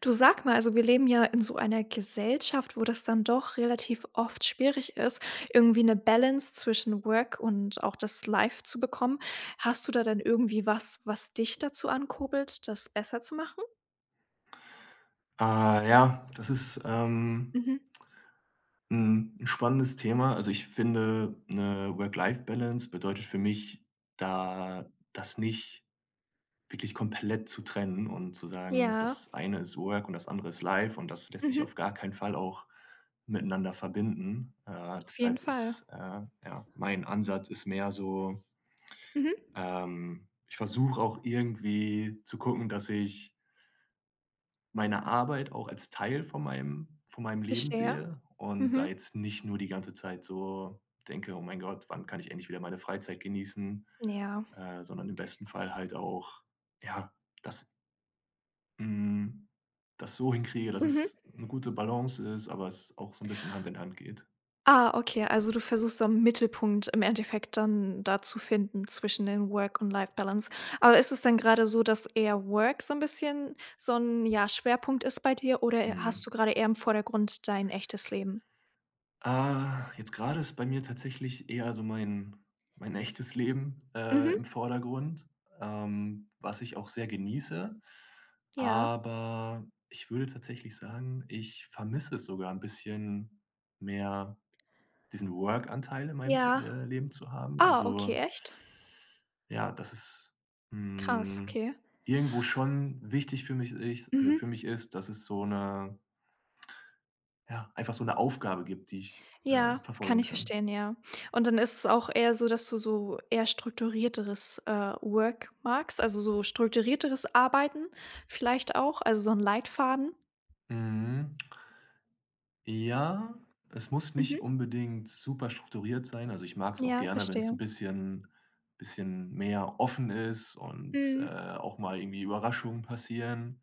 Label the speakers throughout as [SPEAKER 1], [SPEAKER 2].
[SPEAKER 1] Du sag mal, also wir leben ja in so einer Gesellschaft, wo das dann doch relativ oft schwierig ist, irgendwie eine Balance zwischen Work und auch das Life zu bekommen. Hast du da denn irgendwie was, was dich dazu ankurbelt, das besser zu machen?
[SPEAKER 2] Ah, ja, das ist,
[SPEAKER 1] Mhm.
[SPEAKER 2] 'n spannendes Thema. Also, ich finde, 'ne Work-Life-Balance bedeutet für mich, da das nicht wirklich komplett zu trennen und zu sagen,
[SPEAKER 1] Ja.
[SPEAKER 2] das eine ist Work und das andere ist Life und das lässt sich
[SPEAKER 1] Mhm.
[SPEAKER 2] auf gar keinen Fall auch miteinander verbinden.
[SPEAKER 1] Auf jeden
[SPEAKER 2] Deshalb
[SPEAKER 1] Fall.
[SPEAKER 2] ist, ja, mein Ansatz ist mehr so,
[SPEAKER 1] Mhm.
[SPEAKER 2] ich versuche auch irgendwie zu gucken, dass ich meine Arbeit auch als Teil von meinem Leben
[SPEAKER 1] Verstehe.
[SPEAKER 2] sehe und da
[SPEAKER 1] Mhm.
[SPEAKER 2] jetzt nicht nur die ganze Zeit so denke: „Oh mein Gott, wann kann ich endlich wieder meine Freizeit genießen?",
[SPEAKER 1] Ja.
[SPEAKER 2] sondern im besten Fall halt auch, ja, das hm, das so hinkriege, dass
[SPEAKER 1] Mhm.
[SPEAKER 2] es eine gute Balance ist, aber es auch so ein bisschen Hand in Hand geht.
[SPEAKER 1] Ah, okay, also du versuchst so 'n Mittelpunkt im Endeffekt dann da zu finden zwischen den Work und Life Balance. Aber ist es denn gerade so, dass eher Work so ein bisschen so ein ja, Schwerpunkt ist bei dir oder e hast
[SPEAKER 2] Mhm.
[SPEAKER 1] du gerade eher im Vordergrund dein echtes Leben?
[SPEAKER 2] Ah, jetzt gerade ist bei mir tatsächlich eher so mein echtes Leben,
[SPEAKER 1] Mhm,
[SPEAKER 2] im Vordergrund, was ich auch sehr genieße.
[SPEAKER 1] ja,
[SPEAKER 2] Aber ich würde tatsächlich sagen, ich vermisse es sogar ein bisschen mehr, diesen Work-Anteil in meinem z
[SPEAKER 1] ja.
[SPEAKER 2] Leben zu haben.
[SPEAKER 1] Ah, okay,
[SPEAKER 2] Also,
[SPEAKER 1] echt?
[SPEAKER 2] ja, das ist,
[SPEAKER 1] Krass,
[SPEAKER 2] hm,
[SPEAKER 1] okay.
[SPEAKER 2] irgendwo schon wichtig
[SPEAKER 1] Mhm.
[SPEAKER 2] für mich ist, dass es so eine ja, einfach so eine Aufgabe gibt, die ich,
[SPEAKER 1] Ja, kann
[SPEAKER 2] verfolgen
[SPEAKER 1] ich
[SPEAKER 2] kann.
[SPEAKER 1] verstehen, ja. Und dann ist es auch eher so, dass du so eher strukturierteres, Work magst, also so strukturierteres Arbeiten vielleicht auch, also so 'n Leitfaden?
[SPEAKER 2] Mhm. Ja, es muss nicht
[SPEAKER 1] Mhm.
[SPEAKER 2] unbedingt super strukturiert sein. Also, ich mag es auch
[SPEAKER 1] Ja,
[SPEAKER 2] gerne, wenn es ein
[SPEAKER 1] verstehe.
[SPEAKER 2] bisschen mehr offen ist und,
[SPEAKER 1] Mhm.
[SPEAKER 2] auch mal irgendwie Überraschungen passieren.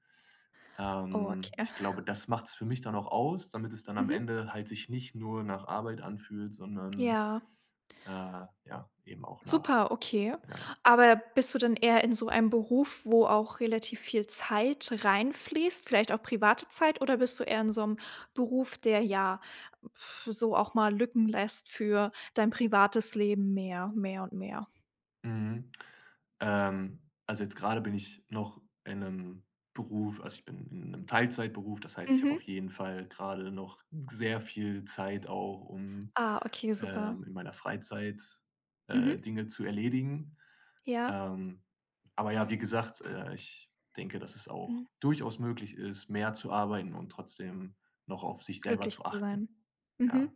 [SPEAKER 1] Oh, okay.
[SPEAKER 2] Ich glaube, das macht es für mich dann auch aus, damit es dann am
[SPEAKER 1] Mhm.
[SPEAKER 2] Ende halt sich nicht nur nach Arbeit anfühlt, sondern,
[SPEAKER 1] Ja,
[SPEAKER 2] äh, ja, eben auch nach
[SPEAKER 1] super, okay.
[SPEAKER 2] ja.
[SPEAKER 1] Aber bist du dann eher in so einem Beruf, wo auch relativ viel Zeit reinfließt, vielleicht auch private Zeit, oder bist du eher in so einem Beruf, der ja so auch mal Lücken lässt für dein privates Leben mehr, mehr und mehr?
[SPEAKER 2] Mhm. Ähm, also, jetzt gerade bin ich noch in einem Beruf also, ich bin in einem Teilzeitberuf, das heißt, ich habe auf
[SPEAKER 1] Mhm.
[SPEAKER 2] jeden Fall gerade noch sehr viel Zeit auch, um,
[SPEAKER 1] Ah, okay, super.
[SPEAKER 2] in meiner Freizeit,
[SPEAKER 1] Mhm.
[SPEAKER 2] Dinge zu erledigen.
[SPEAKER 1] Ja,
[SPEAKER 2] Ähm, aber ja, wie gesagt, ich denke, dass es
[SPEAKER 1] mhm.
[SPEAKER 2] auch durchaus möglich ist, mehr zu arbeiten und trotzdem noch auf sich selber
[SPEAKER 1] Glücklich
[SPEAKER 2] zu
[SPEAKER 1] zu
[SPEAKER 2] achten,
[SPEAKER 1] sein. Mhm.
[SPEAKER 2] ja.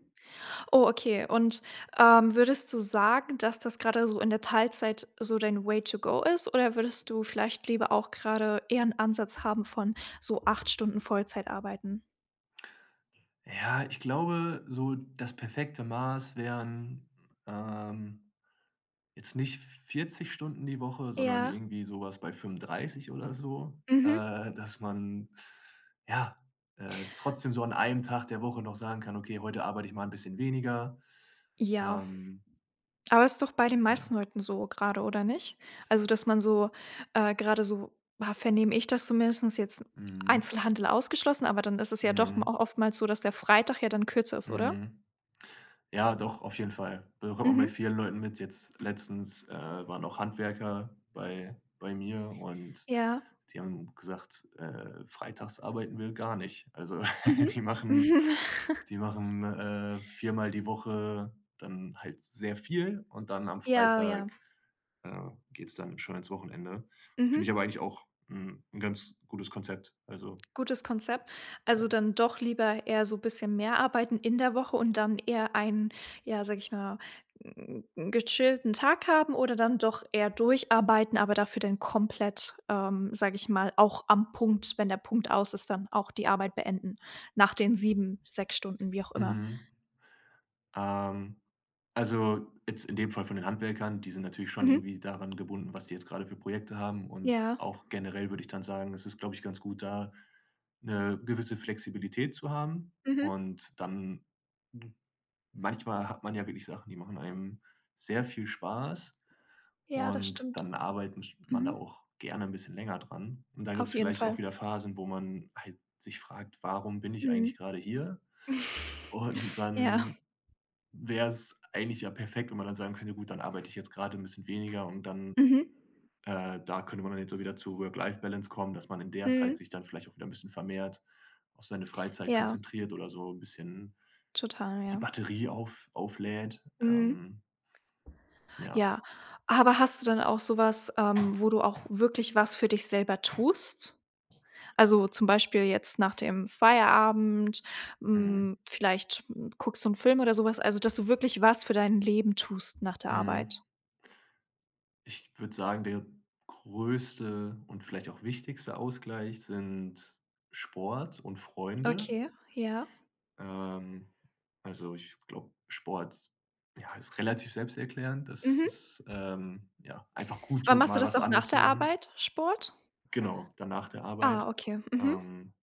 [SPEAKER 1] Oh, okay. Und, würdest du sagen, dass das gerade so in der Teilzeit so dein Way to go ist? Oder würdest du vielleicht lieber auch gerade eher einen Ansatz haben von so 8 Stunden Vollzeit arbeiten?
[SPEAKER 2] Ja, ich glaube, so das perfekte Maß wären, ähm Jetzt nicht 40 Stunden die Woche, sondern
[SPEAKER 1] Ja.
[SPEAKER 2] irgendwie sowas bei 35 oder so,
[SPEAKER 1] Mhm.
[SPEAKER 2] dass man, ja, trotzdem so an einem Tag der Woche noch sagen kann: „Okay, heute arbeite ich mal ein bisschen weniger."
[SPEAKER 1] Ja,
[SPEAKER 2] Ähm,
[SPEAKER 1] aber ist doch bei den
[SPEAKER 2] ja.
[SPEAKER 1] meisten Leuten so gerade, oder nicht? Also, dass man so, grade so vernehme ich das zumindest jetzt
[SPEAKER 2] Mhm.
[SPEAKER 1] Einzelhandel ausgeschlossen, aber dann ist es ja doch m
[SPEAKER 2] Mhm.
[SPEAKER 1] oftmals so, dass der Freitag ja dann kürzer ist, oder?
[SPEAKER 2] Mhm. Ja, doch, auf jeden Fall. Bekommt man bei
[SPEAKER 1] Mhm.
[SPEAKER 2] vielen Leuten mit. Jetzt letztens, waren auch Handwerker bei mir und
[SPEAKER 1] Ja.
[SPEAKER 2] die haben gesagt, freitags arbeiten wir gar nicht. Also,
[SPEAKER 1] Mhm.
[SPEAKER 2] die machen viermal die Woche dann halt sehr viel und dann am
[SPEAKER 1] Ja, ja.
[SPEAKER 2] Freitag, geht's dann schon ins Wochenende.
[SPEAKER 1] Mhm.
[SPEAKER 2] Finde ich aber eigentlich auch 'n ganz gutes Konzept. Also,
[SPEAKER 1] Gutes Konzept.
[SPEAKER 2] ja.
[SPEAKER 1] Also, dann doch lieber eher so ein bisschen mehr arbeiten in der Woche und dann eher einen, ja, sage ich mal, gechillten Tag haben oder dann doch eher durcharbeiten, aber dafür dann komplett, sage ich mal, auch am Punkt, wenn der Punkt aus ist, dann auch die Arbeit beenden nach den 7 6 Stunden, wie auch immer.
[SPEAKER 2] Mhm. Ähm, also, jetzt in dem Fall von den Handwerkern, die sind natürlich schon
[SPEAKER 1] Mhm.
[SPEAKER 2] irgendwie daran gebunden, was die jetzt gerade für Projekte haben, und
[SPEAKER 1] Ja.
[SPEAKER 2] auch generell würde ich dann sagen, es ist, glaube ich, ganz gut, da eine gewisse Flexibilität zu haben,
[SPEAKER 1] Mhm.
[SPEAKER 2] und dann hm, manchmal hat man ja wirklich Sachen, die machen einem sehr viel Spaß,
[SPEAKER 1] Ja, das
[SPEAKER 2] und
[SPEAKER 1] stimmt.
[SPEAKER 2] dann arbeitet man da
[SPEAKER 1] Mhm.
[SPEAKER 2] auch gerne ein bisschen länger dran, und dann gibt
[SPEAKER 1] Auf
[SPEAKER 2] es
[SPEAKER 1] jeden
[SPEAKER 2] vielleicht
[SPEAKER 1] Fall.
[SPEAKER 2] auch wieder Phasen, wo man halt sich fragt: „Warum bin ich eigentlich
[SPEAKER 1] Mhm.
[SPEAKER 2] gerade hier?" Und
[SPEAKER 1] Ja.
[SPEAKER 2] dann wäre es eigentlich ja perfekt, wenn man dann sagen könnte: „Gut, dann arbeite ich jetzt gerade ein bisschen weniger" und dann
[SPEAKER 1] Mhm.
[SPEAKER 2] da könnte man dann jetzt so wieder zu Work-Life-Balance kommen, dass man in der Zeit
[SPEAKER 1] Mhm.
[SPEAKER 2] sich dann vielleicht auch wieder ein bisschen vermehrt auf seine Freizeit
[SPEAKER 1] Ja,
[SPEAKER 2] konzentriert oder so ein bisschen
[SPEAKER 1] total,
[SPEAKER 2] die
[SPEAKER 1] ja.
[SPEAKER 2] Batterie auflädt.
[SPEAKER 1] Mhm.
[SPEAKER 2] Ja,
[SPEAKER 1] Ja, aber hast du dann auch sowas, wo du auch wirklich was für dich selber tust? Also, zum Beispiel jetzt nach dem Feierabend,
[SPEAKER 2] mhm,
[SPEAKER 1] vielleicht, guckst du 'n Film oder sowas? Also, dass du wirklich was für dein Leben tust nach der
[SPEAKER 2] mhm.
[SPEAKER 1] Arbeit?
[SPEAKER 2] Ich würde sagen, der größte und vielleicht auch wichtigste Ausgleich sind Sport und Freunde.
[SPEAKER 1] Okay, ja.
[SPEAKER 2] Ähm, also, ich glaube, Sport, ja, ist relativ selbsterklärend, dass
[SPEAKER 1] Mhm.
[SPEAKER 2] es, ja, einfach gut
[SPEAKER 1] Aber
[SPEAKER 2] tut,
[SPEAKER 1] machst du
[SPEAKER 2] mal
[SPEAKER 1] das
[SPEAKER 2] was
[SPEAKER 1] auch nach
[SPEAKER 2] anderes zu
[SPEAKER 1] der
[SPEAKER 2] machen.
[SPEAKER 1] Arbeit, Sport?
[SPEAKER 2] Genau, dann nach der
[SPEAKER 1] Ah,
[SPEAKER 2] Arbeit.
[SPEAKER 1] okay. Mhm.
[SPEAKER 2] Ähm,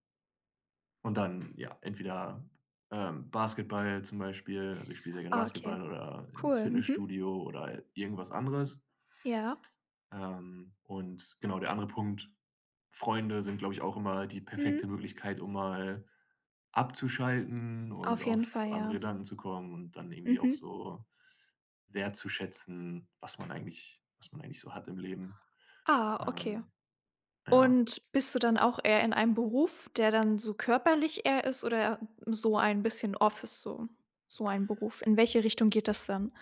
[SPEAKER 2] und dann, ja, entweder, Basketball zum Beispiel, also ich spiele sehr gerne
[SPEAKER 1] Ah, okay.
[SPEAKER 2] Basketball oder ins
[SPEAKER 1] Cool. Mhm.
[SPEAKER 2] Fitnessstudio oder irgendwas anderes.
[SPEAKER 1] Ja.
[SPEAKER 2] Und genau, der andere Punkt Freunde sind, glaube ich, auch immer die perfekte
[SPEAKER 1] Mhm.
[SPEAKER 2] Möglichkeit, um mal abzuschalten und
[SPEAKER 1] Auf jeden Fall,
[SPEAKER 2] auf andere
[SPEAKER 1] ja.
[SPEAKER 2] Gedanken zu kommen und dann irgendwie auch
[SPEAKER 1] Mhm.
[SPEAKER 2] so wertzuschätzen, was man eigentlich so hat im Leben.
[SPEAKER 1] Ah, okay.
[SPEAKER 2] Ähm, ja.
[SPEAKER 1] Und bist du dann auch eher in einem Beruf, der dann so körperlich eher ist oder so ein bisschen Office, so ein Beruf? In welche Richtung geht das dann?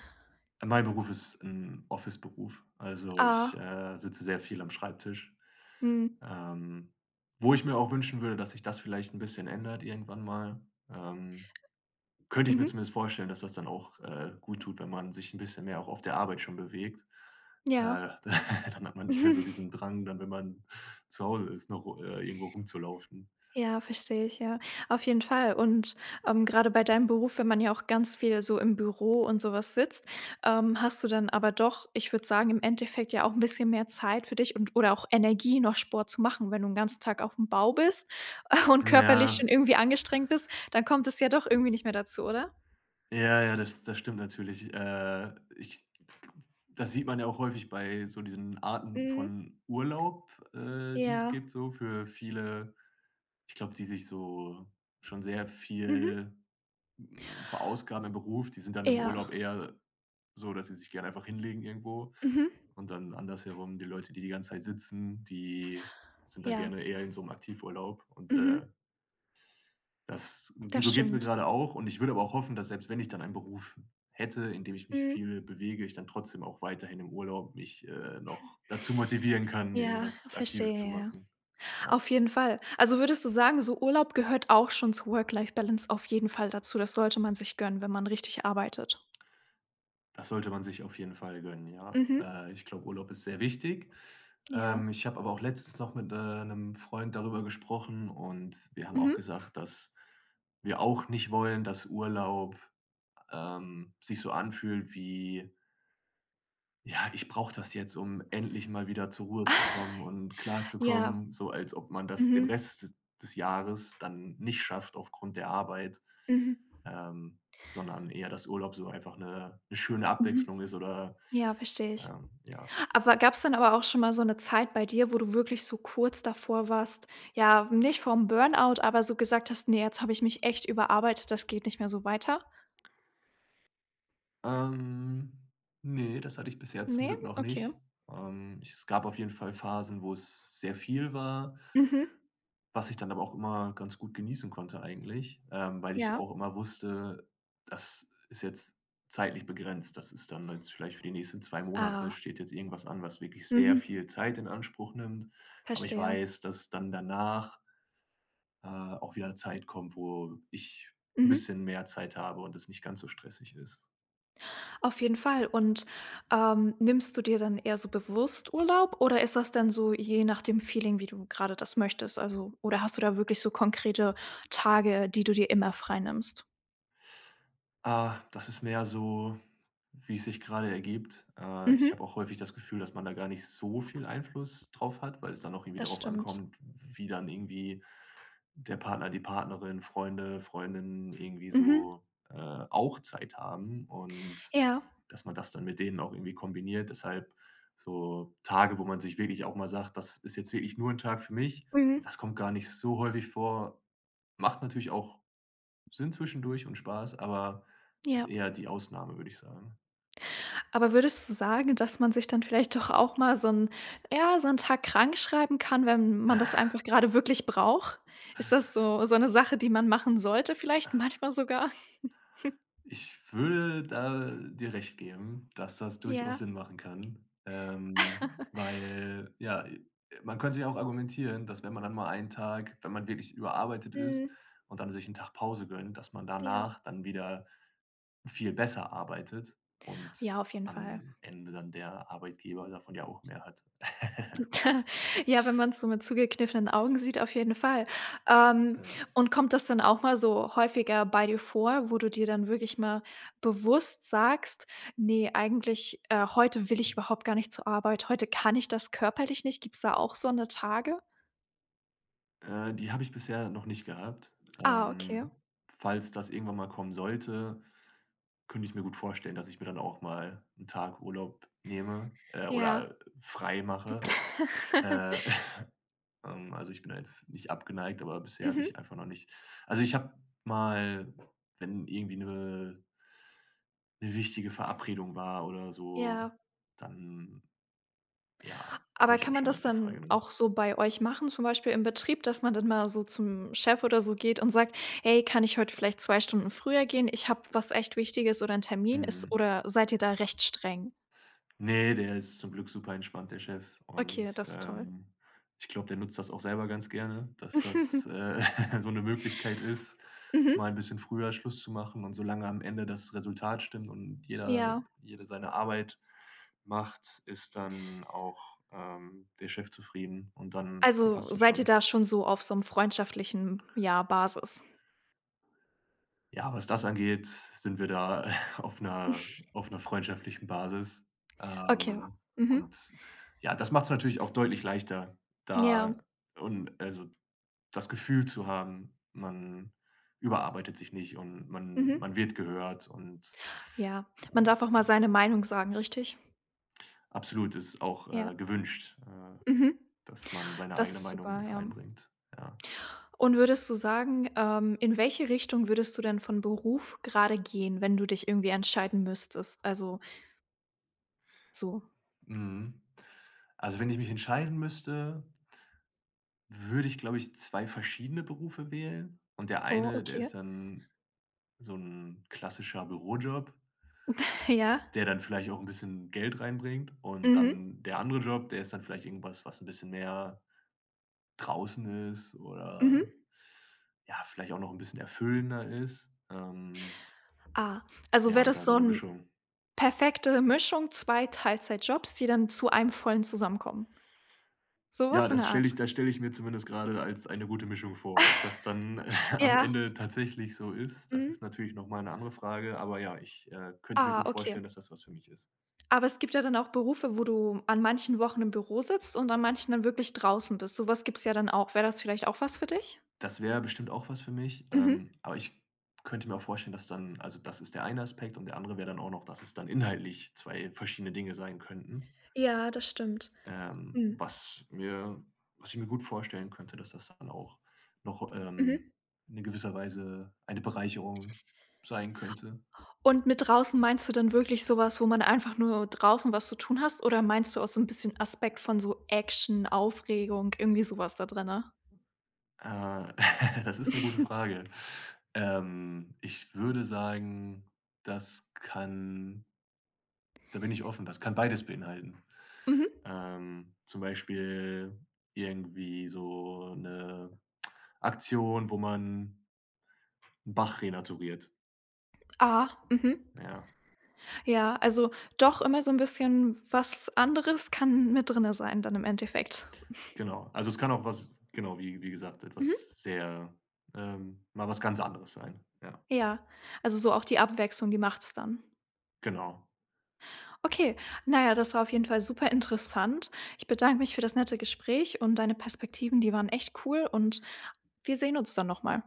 [SPEAKER 2] Mein Beruf ist ein Office-Beruf, also ich,
[SPEAKER 1] Ah,
[SPEAKER 2] sitze sehr viel am Schreibtisch,
[SPEAKER 1] mhm,
[SPEAKER 2] ähm, wo ich mir auch wünschen würde, dass sich das vielleicht ein bisschen ändert irgendwann mal. Ähm Könnte ich mir
[SPEAKER 1] mhm,
[SPEAKER 2] zumindest vorstellen, dass das dann auch, gut tut, wenn man sich ein bisschen mehr auch auf der Arbeit schon bewegt.
[SPEAKER 1] ja.
[SPEAKER 2] Dann hat man nicht mehr so diesen Drang dann, wenn man zu Hause ist, noch, irgendwo rumzulaufen.
[SPEAKER 1] Ja, verstehe ich, ja. Auf jeden Fall. Und, grade bei deinem Beruf, wenn man ja auch ganz viel so im Büro und sowas sitzt, hast du dann aber doch, ich würde sagen, im Endeffekt ja auch ein bisschen mehr Zeit für dich und oder auch Energie, noch Sport zu machen. Wenn du 'n ganzen Tag auf dem Bau bist und körperlich
[SPEAKER 2] Ja,
[SPEAKER 1] schon irgendwie angestrengt bist, dann kommt es ja doch irgendwie nicht mehr dazu, oder?
[SPEAKER 2] ja, ja, das stimmt natürlich. Ich Das sieht man ja auch häufig bei so diesen Arten
[SPEAKER 1] Mhm.
[SPEAKER 2] von Urlaub, die es
[SPEAKER 1] Ja.
[SPEAKER 2] gibt so für viele, ich glaube, die sich so schon sehr
[SPEAKER 1] Mhm.
[SPEAKER 2] viel verausgaben im Beruf, die sind dann im
[SPEAKER 1] Ja.
[SPEAKER 2] Urlaub eher so, dass sie sich gerne einfach hinlegen irgendwo.
[SPEAKER 1] Mhm.
[SPEAKER 2] Und dann andersherum, die Leute, die die ganze Zeit sitzen, die sind dann
[SPEAKER 1] Ja.
[SPEAKER 2] gerne eher in so 'nem Aktivurlaub. Und,
[SPEAKER 1] Mhm.
[SPEAKER 2] das g
[SPEAKER 1] Das
[SPEAKER 2] so geht's mir
[SPEAKER 1] stimmt.
[SPEAKER 2] gerade auch. Und ich würde aber auch hoffen, dass selbst wenn ich dann einen Beruf hätte, in dem ich mich
[SPEAKER 1] Mhm.
[SPEAKER 2] viel bewege, ich dann trotzdem auch weiterhin im Urlaub mich, noch dazu motivieren kann,
[SPEAKER 1] Ja,
[SPEAKER 2] irgendwas Aktives zu
[SPEAKER 1] verstehe, ja.
[SPEAKER 2] machen. Ja,
[SPEAKER 1] Auf jeden Fall. Also, würdest du sagen, so Urlaub gehört auch schon zu Work-Life-Balance auf jeden Fall dazu. Das sollte man sich gönnen, wenn man richtig arbeitet.
[SPEAKER 2] das sollte man sich auf jeden Fall gönnen, ja.
[SPEAKER 1] Mhm.
[SPEAKER 2] Ich glaube, Urlaub ist sehr wichtig.
[SPEAKER 1] Ja.
[SPEAKER 2] Ich habe aber auch letztens noch mit, 'nem Freund darüber gesprochen und wir haben auch
[SPEAKER 1] Mhm.
[SPEAKER 2] gesagt, dass wir auch nicht wollen, dass Urlaub, sich so anfühlt wie: „Ja, ich brauche das jetzt, um endlich mal wieder zur Ruhe zu kommen und
[SPEAKER 1] Ja.
[SPEAKER 2] klarzukommen", so als ob man das den
[SPEAKER 1] Mhm.
[SPEAKER 2] Rest des Jahres dann nicht schafft aufgrund der Arbeit,
[SPEAKER 1] Mhm.
[SPEAKER 2] ähm, sondern eher, dass Urlaub so einfach eine 'ne schöne
[SPEAKER 1] Mhm.
[SPEAKER 2] Abwechslung ist oder,
[SPEAKER 1] Ja, verstehe ich.
[SPEAKER 2] ja.
[SPEAKER 1] Aber gab es dann aber auch schon mal so eine Zeit bei dir, wo du wirklich so kurz davor warst ja, nicht vorm Burnout, aber so gesagt hast: nee, jetzt habe ich mich echt überarbeitet, das geht nicht mehr so weiter?“
[SPEAKER 2] Ähm, ne, das hatte ich bisher zum
[SPEAKER 1] Ne?
[SPEAKER 2] Glück noch
[SPEAKER 1] Okay.
[SPEAKER 2] nicht. Es gab auf jeden Fall Phasen, wo es sehr viel war,
[SPEAKER 1] Mhm.
[SPEAKER 2] was ich dann aber auch immer ganz gut genießen konnte eigentlich, weil ich
[SPEAKER 1] Ja.
[SPEAKER 2] auch immer wusste, das ist jetzt zeitlich begrenzt. Das ist dann jetzt vielleicht für die nächsten 2 Monate
[SPEAKER 1] Ah.
[SPEAKER 2] steht jetzt irgendwas an, was wirklich sehr
[SPEAKER 1] Mhm.
[SPEAKER 2] viel Zeit in Anspruch nimmt. Aber ich
[SPEAKER 1] Verstehe.
[SPEAKER 2] weiß, dass dann danach, auch wieder Zeit kommt, wo ich ein
[SPEAKER 1] Mhm.
[SPEAKER 2] bisschen mehr Zeit habe und es nicht ganz so stressig ist.
[SPEAKER 1] Auf jeden Fall. Und, nimmst du dir dann eher so bewusst Urlaub oder ist das dann so je nach dem Feeling, wie du gerade das möchtest? Also oder hast du da wirklich so konkrete Tage, die du dir immer freinimmst?
[SPEAKER 2] Ah, das ist mehr so, wie es sich gerade ergibt.
[SPEAKER 1] Mhm,
[SPEAKER 2] Ich habe auch häufig das Gefühl, dass man da gar nicht so viel Einfluss drauf hat, weil es dann auch irgendwie
[SPEAKER 1] das
[SPEAKER 2] darauf
[SPEAKER 1] stimmt.
[SPEAKER 2] ankommt, wie dann irgendwie der Partner, die Partnerin, Freunde, Freundinnen irgendwie
[SPEAKER 1] Mhm.
[SPEAKER 2] so, äh, auch Zeit haben und
[SPEAKER 1] Ja.
[SPEAKER 2] dass man das dann mit denen auch irgendwie kombiniert. Deshalb so Tage, wo man sich wirklich auch mal sagt: „Das ist jetzt wirklich nur ein Tag für mich",
[SPEAKER 1] Mhm.
[SPEAKER 2] das kommt gar nicht so häufig vor. Macht natürlich auch Sinn zwischendurch und Spaß, aber ist
[SPEAKER 1] Ja.
[SPEAKER 2] eher die Ausnahme, würde ich sagen.
[SPEAKER 1] Aber würdest du sagen, dass man sich dann vielleicht doch auch mal so 'n Tag krankschreiben kann, wenn man das einfach gerade wirklich braucht? Ist das so eine Sache, die man machen sollte vielleicht manchmal sogar?
[SPEAKER 2] Ich würde da dir recht geben, dass das durchaus
[SPEAKER 1] Ja.
[SPEAKER 2] Sinn machen kann, weil, ja, man könnte ja auch argumentieren, dass wenn man dann mal einen Tag wenn man wirklich überarbeitet ist
[SPEAKER 1] Mhm.
[SPEAKER 2] und dann sich einen Tag Pause gönnt, dass man
[SPEAKER 1] Ja.
[SPEAKER 2] danach dann wieder viel besser arbeitet und
[SPEAKER 1] Ja, auf jeden Fall.
[SPEAKER 2] am Ende dann der Arbeitgeber davon ja auch mehr hat.
[SPEAKER 1] Ja, wenn man es so mit zugekniffenen Augen sieht, auf jeden Fall. Ähm,
[SPEAKER 2] Ja.
[SPEAKER 1] und kommt das dann auch mal so häufiger bei dir vor, wo du dir dann wirklich mal bewusst sagst: nee, eigentlich, heute will ich überhaupt gar nicht zur Arbeit. Heute kann ich das körperlich nicht.“ Gibt's da auch so eine Tage?
[SPEAKER 2] Die habe ich bisher noch nicht gehabt.
[SPEAKER 1] Ah, okay.
[SPEAKER 2] Ähm, Falls das irgendwann mal kommen sollte, könnte ich mir gut vorstellen, dass ich mir dann auch mal einen Tag Urlaub nehme,
[SPEAKER 1] Ja.
[SPEAKER 2] oder frei mache. Äh, also, ich bin da jetzt nicht abgeneigt, aber bisher hatte ich
[SPEAKER 1] Mhm.
[SPEAKER 2] einfach noch nicht also, ich habe mal, wenn irgendwie eine 'ne wichtige Verabredung war oder so,
[SPEAKER 1] Ja.
[SPEAKER 2] dann, ja, habe
[SPEAKER 1] Aber
[SPEAKER 2] ich
[SPEAKER 1] kann
[SPEAKER 2] auch
[SPEAKER 1] man
[SPEAKER 2] schon mal
[SPEAKER 1] das
[SPEAKER 2] 'n Tag
[SPEAKER 1] dann
[SPEAKER 2] freigenommen.
[SPEAKER 1] auch so bei euch machen, zum Beispiel im Betrieb, dass man dann mal so zum Chef oder so geht und sagt: „Hey, kann ich heute vielleicht 2 Stunden früher gehen? Ich habe was echt Wichtiges oder 'n Termin." Ist
[SPEAKER 2] Mhm.
[SPEAKER 1] oder seid ihr da recht streng?
[SPEAKER 2] Ne, der ist zum Glück super entspannt, der Chef.
[SPEAKER 1] Okay,
[SPEAKER 2] Und,
[SPEAKER 1] das ist toll.
[SPEAKER 2] ich glaube, der nutzt das auch selber ganz gerne, dass das, so eine Möglichkeit ist,
[SPEAKER 1] Mhm.
[SPEAKER 2] mal ein bisschen früher Schluss zu machen, und solange am Ende das Resultat stimmt und jeder
[SPEAKER 1] Ja.
[SPEAKER 2] jede seine Arbeit macht, ist dann auch, der Chef zufrieden und dann
[SPEAKER 1] Also,
[SPEAKER 2] passt das
[SPEAKER 1] seid ihr
[SPEAKER 2] schon.
[SPEAKER 1] da schon so auf so einem freundschaftlichen, ja, Basis?
[SPEAKER 2] Ja, was das angeht, sind wir da auf einer freundschaftlichen Basis.
[SPEAKER 1] Okay.
[SPEAKER 2] Ähm,
[SPEAKER 1] Mhm.
[SPEAKER 2] und ja, das macht es natürlich auch deutlich leichter,
[SPEAKER 1] Ja.
[SPEAKER 2] da und also, das Gefühl zu haben, man überarbeitet sich nicht und man
[SPEAKER 1] Mhm.
[SPEAKER 2] man wird gehört und,
[SPEAKER 1] Ja. Man
[SPEAKER 2] ähm,
[SPEAKER 1] darf auch mal seine Meinung sagen, richtig?
[SPEAKER 2] absolut ist auch,
[SPEAKER 1] Ja.
[SPEAKER 2] gewünscht,
[SPEAKER 1] Mhm.
[SPEAKER 2] dass man seine
[SPEAKER 1] Das
[SPEAKER 2] eigene
[SPEAKER 1] ist
[SPEAKER 2] Meinung
[SPEAKER 1] super,
[SPEAKER 2] mit
[SPEAKER 1] ja.
[SPEAKER 2] reinbringt, ja.
[SPEAKER 1] Und würdest du sagen, in welche Richtung würdest du denn von Beruf gerade gehen, wenn du dich irgendwie entscheiden müsstest? Also so
[SPEAKER 2] Mhm. Also, wenn ich mich entscheiden müsste, würde ich, glaube ich, 2 verschiedene Berufe wählen, und der
[SPEAKER 1] oh,
[SPEAKER 2] eine, der
[SPEAKER 1] okay.
[SPEAKER 2] ist dann so ein klassischer Bürojob,
[SPEAKER 1] Ja.
[SPEAKER 2] der dann vielleicht auch ein bisschen Geld reinbringt, und
[SPEAKER 1] Mhm.
[SPEAKER 2] dann der andere Job, der ist dann vielleicht irgendwas, was ein bisschen mehr draußen ist oder,
[SPEAKER 1] Mhm.
[SPEAKER 2] ja, vielleicht auch noch ein bisschen erfüllender ist.
[SPEAKER 1] Ah, also
[SPEAKER 2] Ja,
[SPEAKER 1] wäre
[SPEAKER 2] und
[SPEAKER 1] das
[SPEAKER 2] da so
[SPEAKER 1] so
[SPEAKER 2] eine
[SPEAKER 1] eine
[SPEAKER 2] Mischung.
[SPEAKER 1] perfekte Mischung, 2 Teilzeitjobs, die dann zu einem vollen zusammenkommen. So
[SPEAKER 2] Ja,
[SPEAKER 1] was in
[SPEAKER 2] das
[SPEAKER 1] der
[SPEAKER 2] stelle ich
[SPEAKER 1] Art?
[SPEAKER 2] das stelle ich mir zumindest gerade als eine gute Mischung vor. Ob das dann am
[SPEAKER 1] Ja.
[SPEAKER 2] Ende tatsächlich so ist, das
[SPEAKER 1] Mhm.
[SPEAKER 2] ist natürlich noch mal 'ne andere Frage, aber ja, ich, könnte mir
[SPEAKER 1] Ah,
[SPEAKER 2] gut
[SPEAKER 1] okay.
[SPEAKER 2] vorstellen, dass das was für mich ist.
[SPEAKER 1] Aber es gibt ja dann auch Berufe, wo du an manchen Wochen im Büro sitzt und an manchen dann wirklich draußen bist. So was gibt's ja dann auch. Wäre das vielleicht auch was für dich?
[SPEAKER 2] Das wäre bestimmt auch was für mich,
[SPEAKER 1] Mhm.
[SPEAKER 2] aber ich könnte mir auch vorstellen, dass dann also, das ist der eine Aspekt, und der andere wäre dann auch noch, dass es dann inhaltlich 2 verschiedene Dinge sein könnten,
[SPEAKER 1] Ja, das stimmt. Mhm.
[SPEAKER 2] was mir was ich mir gut vorstellen könnte, dass das dann auch noch,
[SPEAKER 1] Mhm.
[SPEAKER 2] in gewisser Weise eine Bereicherung sein könnte.
[SPEAKER 1] Und mit draußen meinst du dann wirklich so was, wo man einfach nur draußen was zu tun hast oder meinst du auch so 'n bisschen Aspekt von so Action, Aufregung, irgendwie so was da drinne?
[SPEAKER 2] Äh, Das ist eine gute Frage. Ich würde sagen, das kann da bin ich offen, das kann beides beinhalten.
[SPEAKER 1] Mhm.
[SPEAKER 2] Zum Beispiel irgendwie so eine Aktion, wo man 'n Bach renaturiert.
[SPEAKER 1] Ah, mhm.
[SPEAKER 2] Ja,
[SPEAKER 1] Ja, also doch immer so 'n bisschen was anderes kann mit drinne sein dann im Endeffekt.
[SPEAKER 2] genau. Also, es kann auch was genau, wie gesagt,
[SPEAKER 1] Mhm.
[SPEAKER 2] etwas sehr mal was ganz anderes sein. Ja,
[SPEAKER 1] Ja, also so auch die Abwechslung, die macht's dann.
[SPEAKER 2] genau.
[SPEAKER 1] Okay, na ja, das war auf jeden Fall super interessant. Ich bedanke mich für das nette Gespräch und deine Perspektiven, die waren echt cool und wir sehen uns dann noch mal.